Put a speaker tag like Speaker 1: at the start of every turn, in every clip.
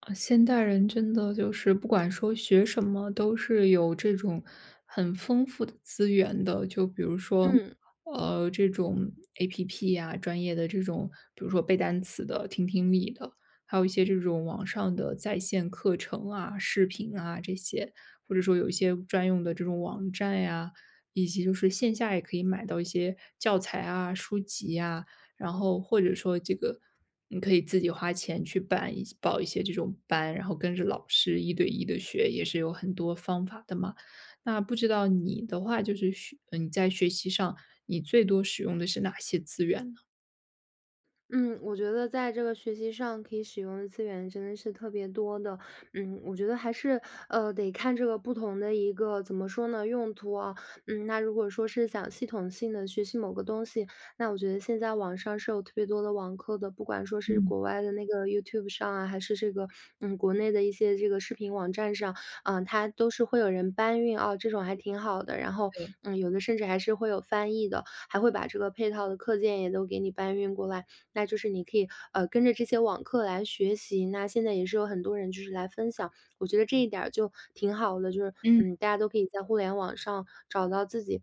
Speaker 1: 啊，现代人真的就是不管说学什么，都是有这种很丰富的资源的。就比如说，
Speaker 2: 嗯
Speaker 1: 这种 APP 呀，专业的这种，比如说背单词的、听听力的，还有一些这种网上的在线课程啊、视频啊这些，或者说有一些专用的这种网站呀，以及就是线下也可以买到一些教材啊、书籍呀。然后或者说这个你可以自己花钱去报一些这种班，然后跟着老师一对一的学，也是有很多方法的嘛。那不知道你的话，就是你在学习上，你最多使用的是哪些资源呢？
Speaker 2: 嗯，我觉得在这个学习上可以使用的资源真的是特别多的。嗯，我觉得还是得看这个不同的一个怎么说呢用途啊。嗯，那如果说是想系统性的学习某个东西，那我觉得现在网上是有特别多的网课的，不管说是
Speaker 1: 嗯，
Speaker 2: 国外的那个 YouTube 上啊，还是这个国内的一些这个视频网站上，它都是会有人搬运啊，这种还挺好的。然后
Speaker 1: 对，
Speaker 2: 嗯，有的甚至还是会有翻译的，还会把这个配套的课件也都给你搬运过来。那就是你可以跟着这些网课来学习。那现在也是有很多人就是来分享，我觉得这一点儿就挺好的，就是
Speaker 1: 嗯，
Speaker 2: 嗯，大家都可以在互联网上找到自己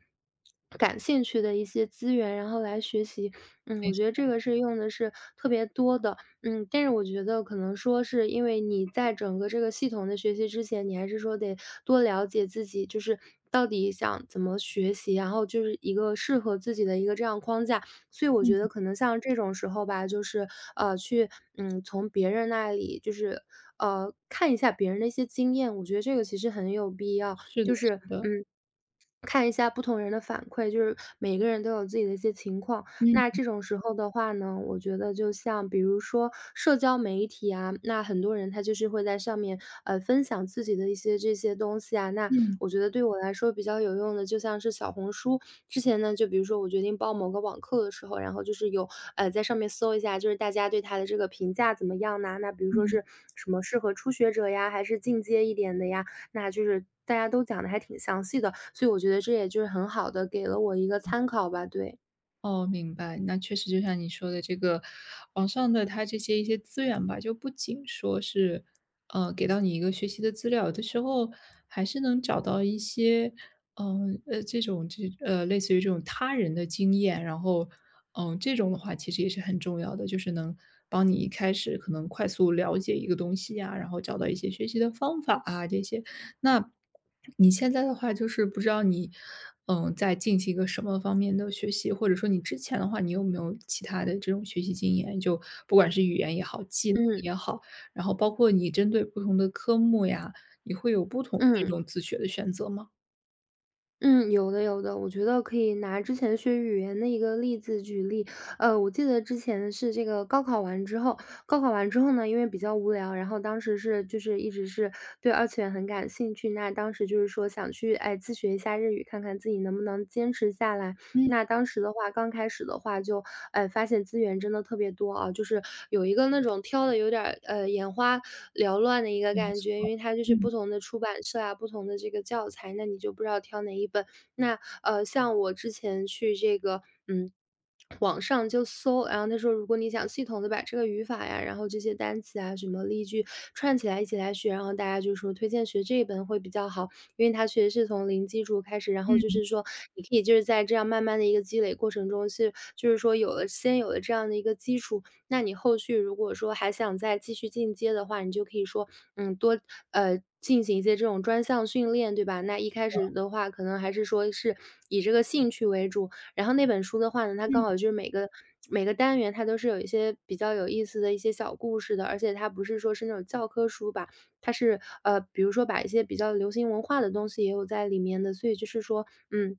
Speaker 2: 感兴趣的一些资源，然后来学习。嗯，
Speaker 1: 没
Speaker 2: 我觉得
Speaker 1: 错，
Speaker 2: 这个是用的是特别多的。嗯，但是我觉得可能说是因为你在整个这个系统的学习之前，你还是说得多了解自己，就是。到底想怎么学习，然后就是一个适合自己的一个这样框架，所以我
Speaker 1: 嗯，
Speaker 2: 觉得可能像这种时候吧，就是，去，从别人那里就是，看一下别人的一些经验，我觉得这个其实很有必要。
Speaker 1: 是的，
Speaker 2: 就是
Speaker 1: 是的，
Speaker 2: 嗯，看一下不同人的反馈，就是每个人都有自己的一些情况。
Speaker 1: 嗯
Speaker 2: 那这种时候的话呢，我觉得就像比如说社交媒体啊，那很多人他就是会在上面，分享自己的一些这些东西啊。那
Speaker 1: 嗯
Speaker 2: 我觉得对我来说比较有用的，就像是小红书。之前呢，就比如说我决定报某个网课的时候，然后就是在上面搜一下，就是大家对它的这个评价怎么样呢？那比如说
Speaker 1: 嗯。
Speaker 2: 是什么适合初学者呀，还是进阶一点的呀？那就是大家都讲的还挺详细的，所以我觉得这也就是很好的给了我一个参考吧，对。
Speaker 1: 哦，明白。那确实就像你说的这个，网上的它这些一些资源吧，就不仅说是，给到你一个学习的资料，有的时候还是能找到一些，这种类似于这种他人的经验，然后，这种的话其实也是很重要的，就是能帮你一开始可能快速了解一个东西呀，然后找到一些学习的方法啊，这些。那你现在的话，就是不知道你，在进行一个什么方面的学习，或者说你之前的话，你有没有其他的这种学习经验？就不管是语言也好，技能
Speaker 2: 嗯，
Speaker 1: 也好，然后包括你针对不同的科目呀，你会有不同这
Speaker 2: 嗯，
Speaker 1: 种自学的选择吗？
Speaker 2: 嗯，有的有的，我觉得可以拿之前学语言的一个例子举例。我记得之前是这个高考完之后呢，因为比较无聊，然后当时一直是对二次元很感兴趣，那当时就是说想去，哎，自学一下日语，看看自己能不能坚持下来。
Speaker 1: 嗯，
Speaker 2: 那当时的话，刚开始的话就，哎，发现资源真的特别多啊，就是有一个那种挑的有点儿，眼花缭乱的一个
Speaker 1: 嗯
Speaker 2: 感觉，因为它就是不
Speaker 1: 嗯
Speaker 2: 同的出版社啊，不同的这个教材，那你就不知道挑哪一本。那，像我之前去这个，嗯。网上就搜，然后他说，如果你想系统的把这个语法呀，然后这些单词啊，什么例句串起来一起来学，然后大家就说推荐学这一本会比较好。因为它确实是从零基础开始，然后就是说你可以就是在这样慢慢的一个积累过程中，就是说先有了这样的一个基础，那你后续如果说还想再继续进阶的话，你就可以说嗯多呃。进行一些这种专项训练，对吧？那一开始的话，可能还是说是以这个兴趣为主，然后那本书的话呢，它
Speaker 1: 嗯
Speaker 2: 刚好就是每个单元它都是有一些比较有意思的一些小故事的，而且它不是说是那种教科书吧，它是比如说把一些比较流行文化的东西也有在里面的，所以就是说，嗯，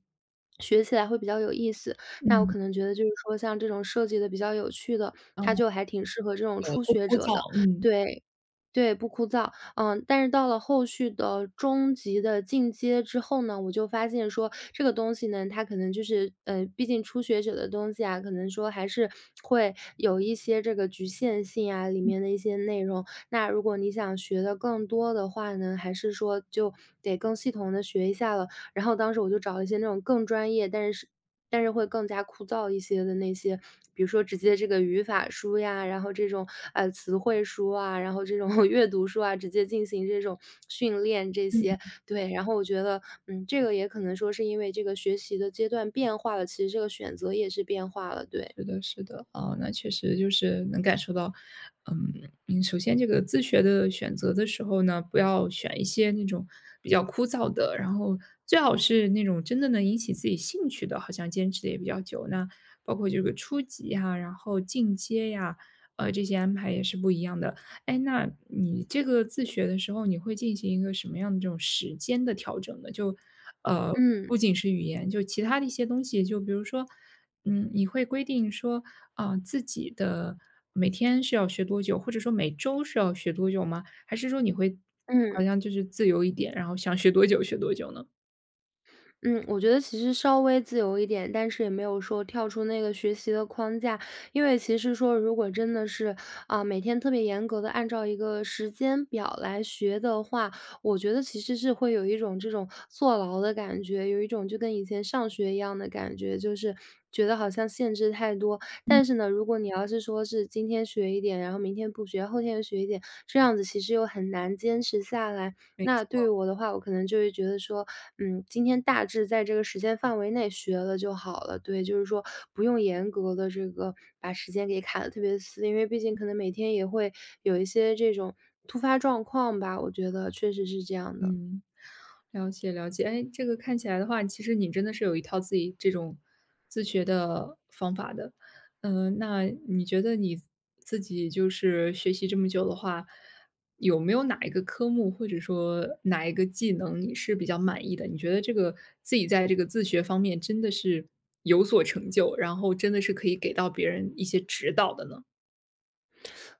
Speaker 2: 学起来会比较有意思。那我
Speaker 1: 嗯，
Speaker 2: 可能觉得就是说像这种设计的比较有趣的，
Speaker 1: 啊，
Speaker 2: 它就还挺适合这种初
Speaker 1: 不
Speaker 2: 学
Speaker 1: 枯
Speaker 2: 者的。
Speaker 1: 燥，嗯嗯。
Speaker 2: 对，对，不枯燥。嗯，但是到了后续的中级的进阶之后呢，我就发现说这个东西呢，它可能就是毕竟初学者的东西啊，可能说还是会有一些这个局限性啊，里面的一些内容。那如果你想学的更多的话呢，还是说就得更系统的学一下了。然后当时我就找了一些那种更专业，但是会更加枯燥一些的那些，比如说直接这个语法书呀，然后这种，词汇书啊，然后这种 阅读书啊，直接进行这种训练这些。对，然后我觉得，嗯，这个也可能说是因为这个学习的阶段变化了，其实这个选择也是变化了，对。
Speaker 1: 是的，是的，哦，那确实就是能感受到，嗯，首先这个自学的选择的时候呢，不要选一些那种比较枯燥的，然后最好是那种真的能引起自己兴趣的，好像坚持的也比较久。那包括这个初级呀，然后进阶呀，这些安排也是不一样的。哎，那你这个自学的时候，你会进行一个什么样的这种时间的调整呢？就，呃，不
Speaker 2: 嗯，
Speaker 1: 仅是语言，就其他的一些东西，就比如说你会规定说，啊，自己的每天是要学多久，或者说每周是要学多久吗？还是说你会
Speaker 2: 嗯。
Speaker 1: 好像就是自由一点，然后想学多久学多久呢？
Speaker 2: 嗯，我觉得其实稍微自由一点，但是也没有说跳出那个学习的框架。因为其实说如果真的是，啊，每天特别严格的按照一个时间表来学的话，我觉得其实是会有一种这种坐牢的感觉，有一种就跟以前上学一样的感觉，就是觉得好像限制太多。但是呢，如果你要是说是今天学一点，然后明天不学，后天又学一点，这样子其实又很难坚持下来。那对于我的话，我可能就会觉得说，嗯，今天大致在这个时间范围内学了就好了。对，就是说不用严格的这个把时间给卡得特别死，因为毕竟可能每天也会有一些这种突发状况吧，我觉得确实是这样的。
Speaker 1: 嗯，了解了解。哎，这个看起来的话，其实你真的是有一套自己这种自学的方法的。那你觉得你自己就是学习这么久的话，有没有哪一个科目或者说哪一个技能你是比较满意的？你觉得这个自己在这个自学方面真的是有所成就，然后真的是可以给到别人一些指导的呢？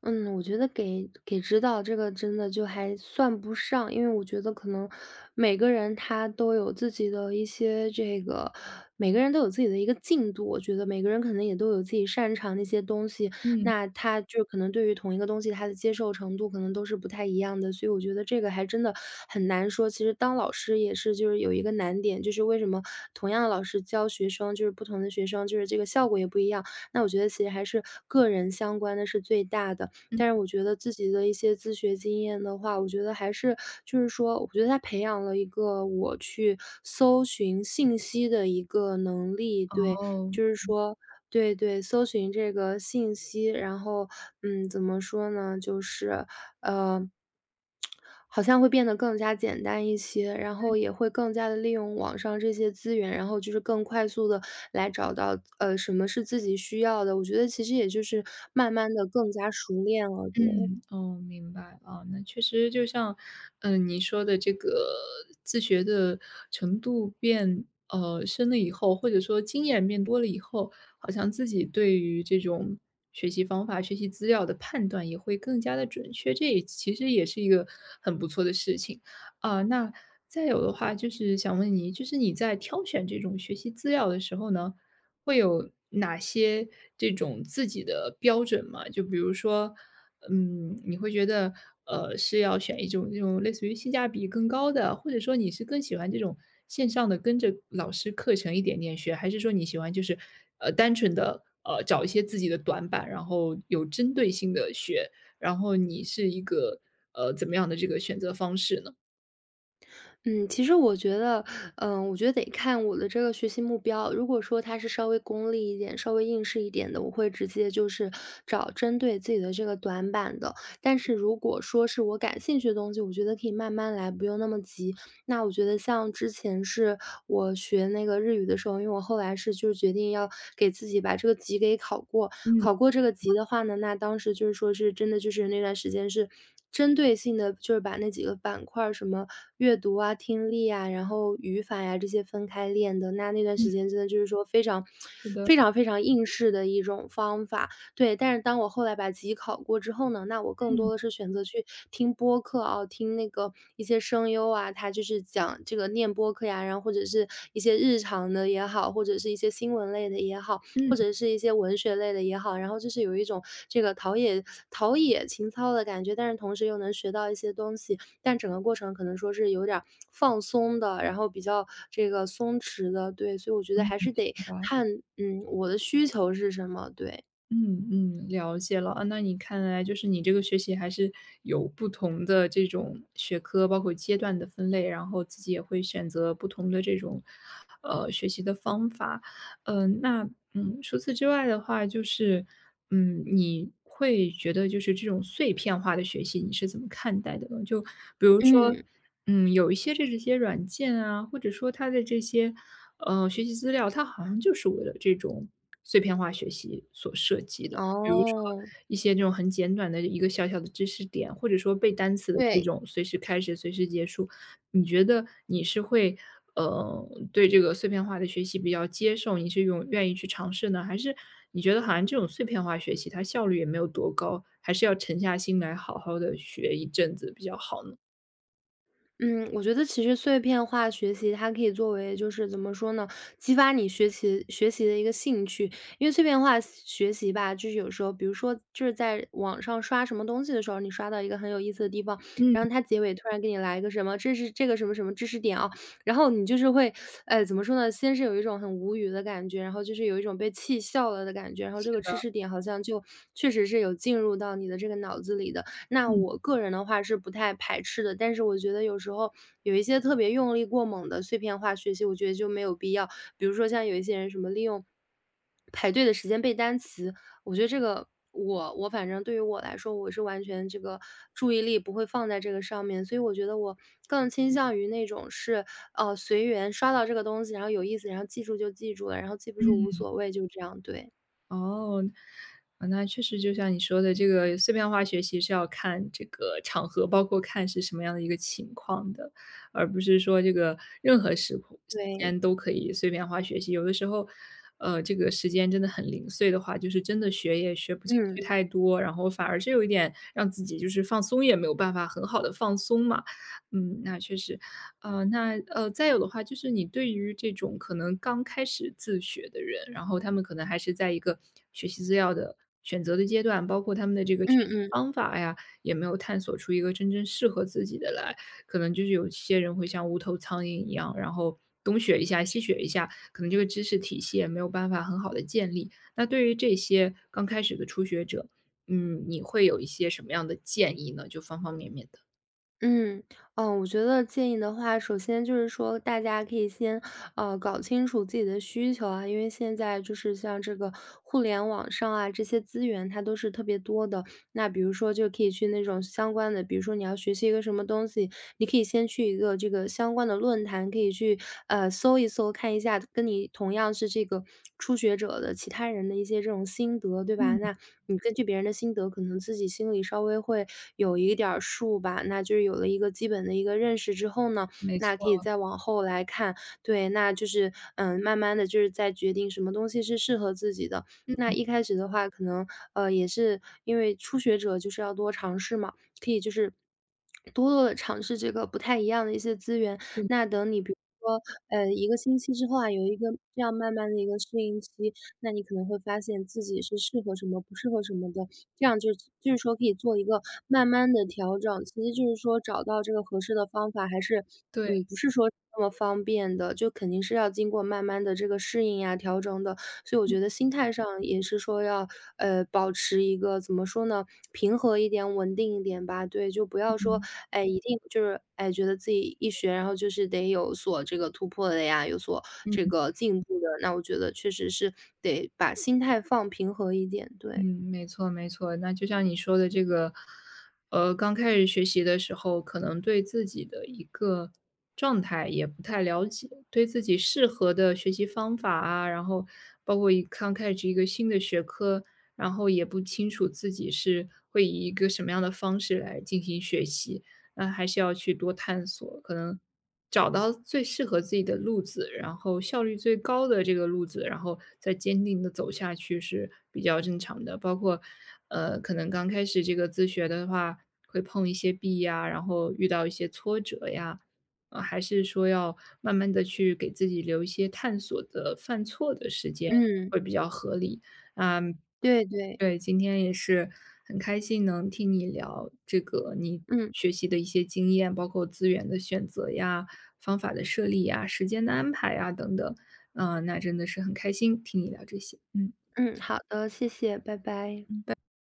Speaker 2: 嗯，我觉得给指导这个真的就还算不上，因为我觉得可能每个人他都有自己的一些这个，每个人都有自己的一个进度，我觉得每个人可能也都有自己擅长的一些东西，
Speaker 1: 嗯
Speaker 2: 那他就可能对于同一个东西，他的接受程度可能都是不太一样的，所以我觉得这个还真的很难说。其实当老师也是就是有一个难点，就是为什么同样的老师教学生，就是不同的学生，就是这个效果也不一样。那我觉得其实还是个人相关的是最大的。
Speaker 1: 嗯，
Speaker 2: 但是我觉得自己的一些自学经验的话，我觉得还是就是说，我觉得它培养了一个我去搜寻信息的一个能力，对，
Speaker 1: 哦。
Speaker 2: 就是说对，搜寻这个信息，然后，嗯，怎么说呢，就是，呃，好像会变得更加简单一些，然后也会更加的利用网上这些资源，然后就是更快速的来找到，什么是自己需要的，我觉得其实也就是慢慢的更加熟练了，对。
Speaker 1: 嗯，哦，明白啊，那确实就像，你说的这个自学的程度变深了以后，或者说经验变多了以后，好像自己对于这种学习方法、学习资料的判断也会更加的准确，这也其实也是一个很不错的事情啊。那再有的话，就是想问你，就是你在挑选这种学习资料的时候呢，会有哪些这种自己的标准吗？就比如说。你会觉得，是要选一种这种类似于性价比更高的，或者说你是更喜欢这种线上的跟着老师课程一点点学，还是说你喜欢就是，单纯的找一些自己的短板，然后有针对性的学，然后你是一个，怎么样的这个选择方式呢？
Speaker 2: 嗯，其实我觉得，嗯，我觉得得看我的这个学习目标。如果说它是稍微功利一点、稍微应试一点的，我会直接就是找针对自己的这个短板的。但是如果说是我感兴趣的东西，我觉得可以慢慢来，不用那么急。那我觉得像之前是我学那个日语的时候，因为我后来是就是决定要给自己把这个级给考过，
Speaker 1: 嗯
Speaker 2: 考过这个级的话呢，那当时就是说是真的就是那段时间是针对性的，就是把那几个板块儿，什么阅读啊、听力啊，然后语法呀这些分开练的。那那段
Speaker 1: 嗯，
Speaker 2: 时间真的就是说非常
Speaker 1: 好的。
Speaker 2: 非常非常应试的一种方法。对，但是当我后来把级考过之后呢，那我更
Speaker 1: 嗯，
Speaker 2: 多的是选择去听播客啊，听那个一些声优啊，他就是讲这个念播客呀，然后或者是一些日常的也好，或者是一些新闻类的也好，
Speaker 1: 嗯，
Speaker 2: 或者是一些文学类的也好，然后就是有一种这个陶冶情操的感觉，但是同时又能学到一些东西，但整个过程可能说是有点儿放松的，然后比较这个松弛的，对，所以我觉得还是得
Speaker 1: 明白。
Speaker 2: 看，嗯，我的需求是什么，对，
Speaker 1: 嗯嗯，了解了。啊，那你看来就是你这个学习还是有不同的这种学科，包括阶段的分类，然后自己也会选择不同的这种，学习的方法。那除此之外的话，就是你会觉得就是这种碎片化的学习，你是怎么看待的呢？就比如说，
Speaker 2: 嗯，
Speaker 1: 有一些这些软件啊，或者说它的这些，学习资料，它好像就是为了这种碎片化学习所设计的。比如说
Speaker 2: 哦，
Speaker 1: 一些这种很简短的一个小小的知识点，或者说背单词的这
Speaker 2: 对。
Speaker 1: 种随时开始、随时结束，你觉得你是会，对这个碎片化的学习比较接受，你是用愿意去尝试呢？还是你觉得好像这种碎片化学习它效率也没有多高，还是要沉下心来好好的学一阵子比较好呢？
Speaker 2: 嗯，我觉得其实碎片化学习它可以作为就是怎么说呢，激发你学习的一个兴趣。因为碎片化学习吧，就是有时候，比如说就是在网上刷什么东西的时候，你刷到一个很有意思的地方，
Speaker 1: 嗯嗯
Speaker 2: 然后它结尾突然给你来一个什么，这是这个什么什么知识点啊，然后你就是会，哎，怎么说呢？先是有一种很无语的感觉，然后就是有一种被气笑了的感觉，然后这个知识点好像就确实是有进入到你的这个脑子里的。那
Speaker 1: 嗯。
Speaker 2: 我个人的话是不太排斥的，但是我觉得有时候有一些特别用力过猛的碎片化学习，我觉得就没有必要。比如说像有一些人什么利用排队的时间背单词，我觉得这个我反正对于我来说，我是完全这个注意力不会放在这个上面，所以我觉得我更倾向于那种是随缘刷到这个东西，然后有意思，然后记住就记住了，然后记不住无所谓，就这样。对
Speaker 1: 哦，啊那确实就像你说的，这个碎片化学习是要看这个场合，包括看是什么样的一个情况的，而不是说这个任何时空时
Speaker 2: 对，
Speaker 1: 间都可以碎片化学习。有的时候，这个时间真的很零碎的话，就是真的学也学不进去
Speaker 2: 嗯
Speaker 1: 太多，然后反而是有一点让自己就是放松，也没有办法很好的放松嘛。嗯，那确实。那再有的话就是你对于这种可能刚开始自学的人，然后他们可能还是在一个学习资料的选择的阶段，包括他们的这个学
Speaker 2: 嗯
Speaker 1: 习
Speaker 2: 嗯。
Speaker 1: 方法呀，也没有探索出一个真正适合自己的来，可能就是有些人会像无头苍蝇一样，然后东学一下西学一下，可能这个知识体系也没有办法很好的建立。那对于这些刚开始的初学者，你会有一些什么样的建议呢？就方方面面的。
Speaker 2: 嗯，嗯，我觉得建议的话，首先就是说，大家可以先搞清楚自己的需求啊，因为现在就是像这个互联网上啊，这些资源它都是特别多的，那比如说就可以去那种相关的，比如说你要学习一个什么东西，你可以先去一个这个相关的论坛，可以去搜一搜，看一下跟你同样是这个初学者的其他人的一些这种心得，对吧？
Speaker 1: 嗯，
Speaker 2: 那你根据别人的心得，可能自己心里稍微会有一点儿数吧。那就是有了一个基本的一个认识之后呢，
Speaker 1: 没
Speaker 2: 那可以
Speaker 1: 错。
Speaker 2: 再往后来看，对，那就是嗯，慢慢的就是在决定什么东西是适合自己的。那
Speaker 1: 嗯，
Speaker 2: 一开始的话，可能也是因为初学者就是要多尝试嘛，可以就是多多的尝试这个不太一样的一些资源。
Speaker 1: 对。
Speaker 2: 那等你比如说1个星期之后啊，有一个这样慢慢的一个适应期，那你可能会发现自己是适合什么，不适合什么的。这样就是说可以做一个慢慢的调整，其实就是说找到这个合适的方法，还是
Speaker 1: 对。
Speaker 2: 嗯，不是说那么方便的，就肯定是要经过慢慢的这个适应呀、调整的。所以我觉得心态上也是说要，保持一个怎么说呢，平和一点、稳定一点吧。对，就不要说，
Speaker 1: 嗯
Speaker 2: 哎，一定就是，哎，觉得自己一学，然后就是得有所这个突破的呀，有所
Speaker 1: 嗯
Speaker 2: 这个进步的。那我觉得确实是得把心态放平和一点，
Speaker 1: 嗯，
Speaker 2: 对。
Speaker 1: 没错没错。那就像你说的这个，刚开始学习的时候，可能对自己的一个状态也不太了解，对自己适合的学习方法啊，然后包括刚开始一个新的学科，然后也不清楚自己是会以一个什么样的方式来进行学习，那还是要去多探索，可能找到最适合自己的路子，然后效率最高的这个路子，然后再坚定的走下去是比较正常的。包括，可能刚开始这个自学的话，会碰一些壁呀，然后遇到一些挫折呀，还是说要慢慢的去给自己留一些探索的、犯错的时间，
Speaker 2: 嗯，
Speaker 1: 会比较合理。嗯，
Speaker 2: 对对，
Speaker 1: 对，今天也是很开心能听你聊这个你
Speaker 2: 嗯。
Speaker 1: 学习的一些经验，包括资源的选择呀、方法的设立呀、时间的安排呀等等。嗯、那真的是很开心听你聊这些，嗯。
Speaker 2: 嗯，好的，谢谢，拜拜。
Speaker 1: 嗯。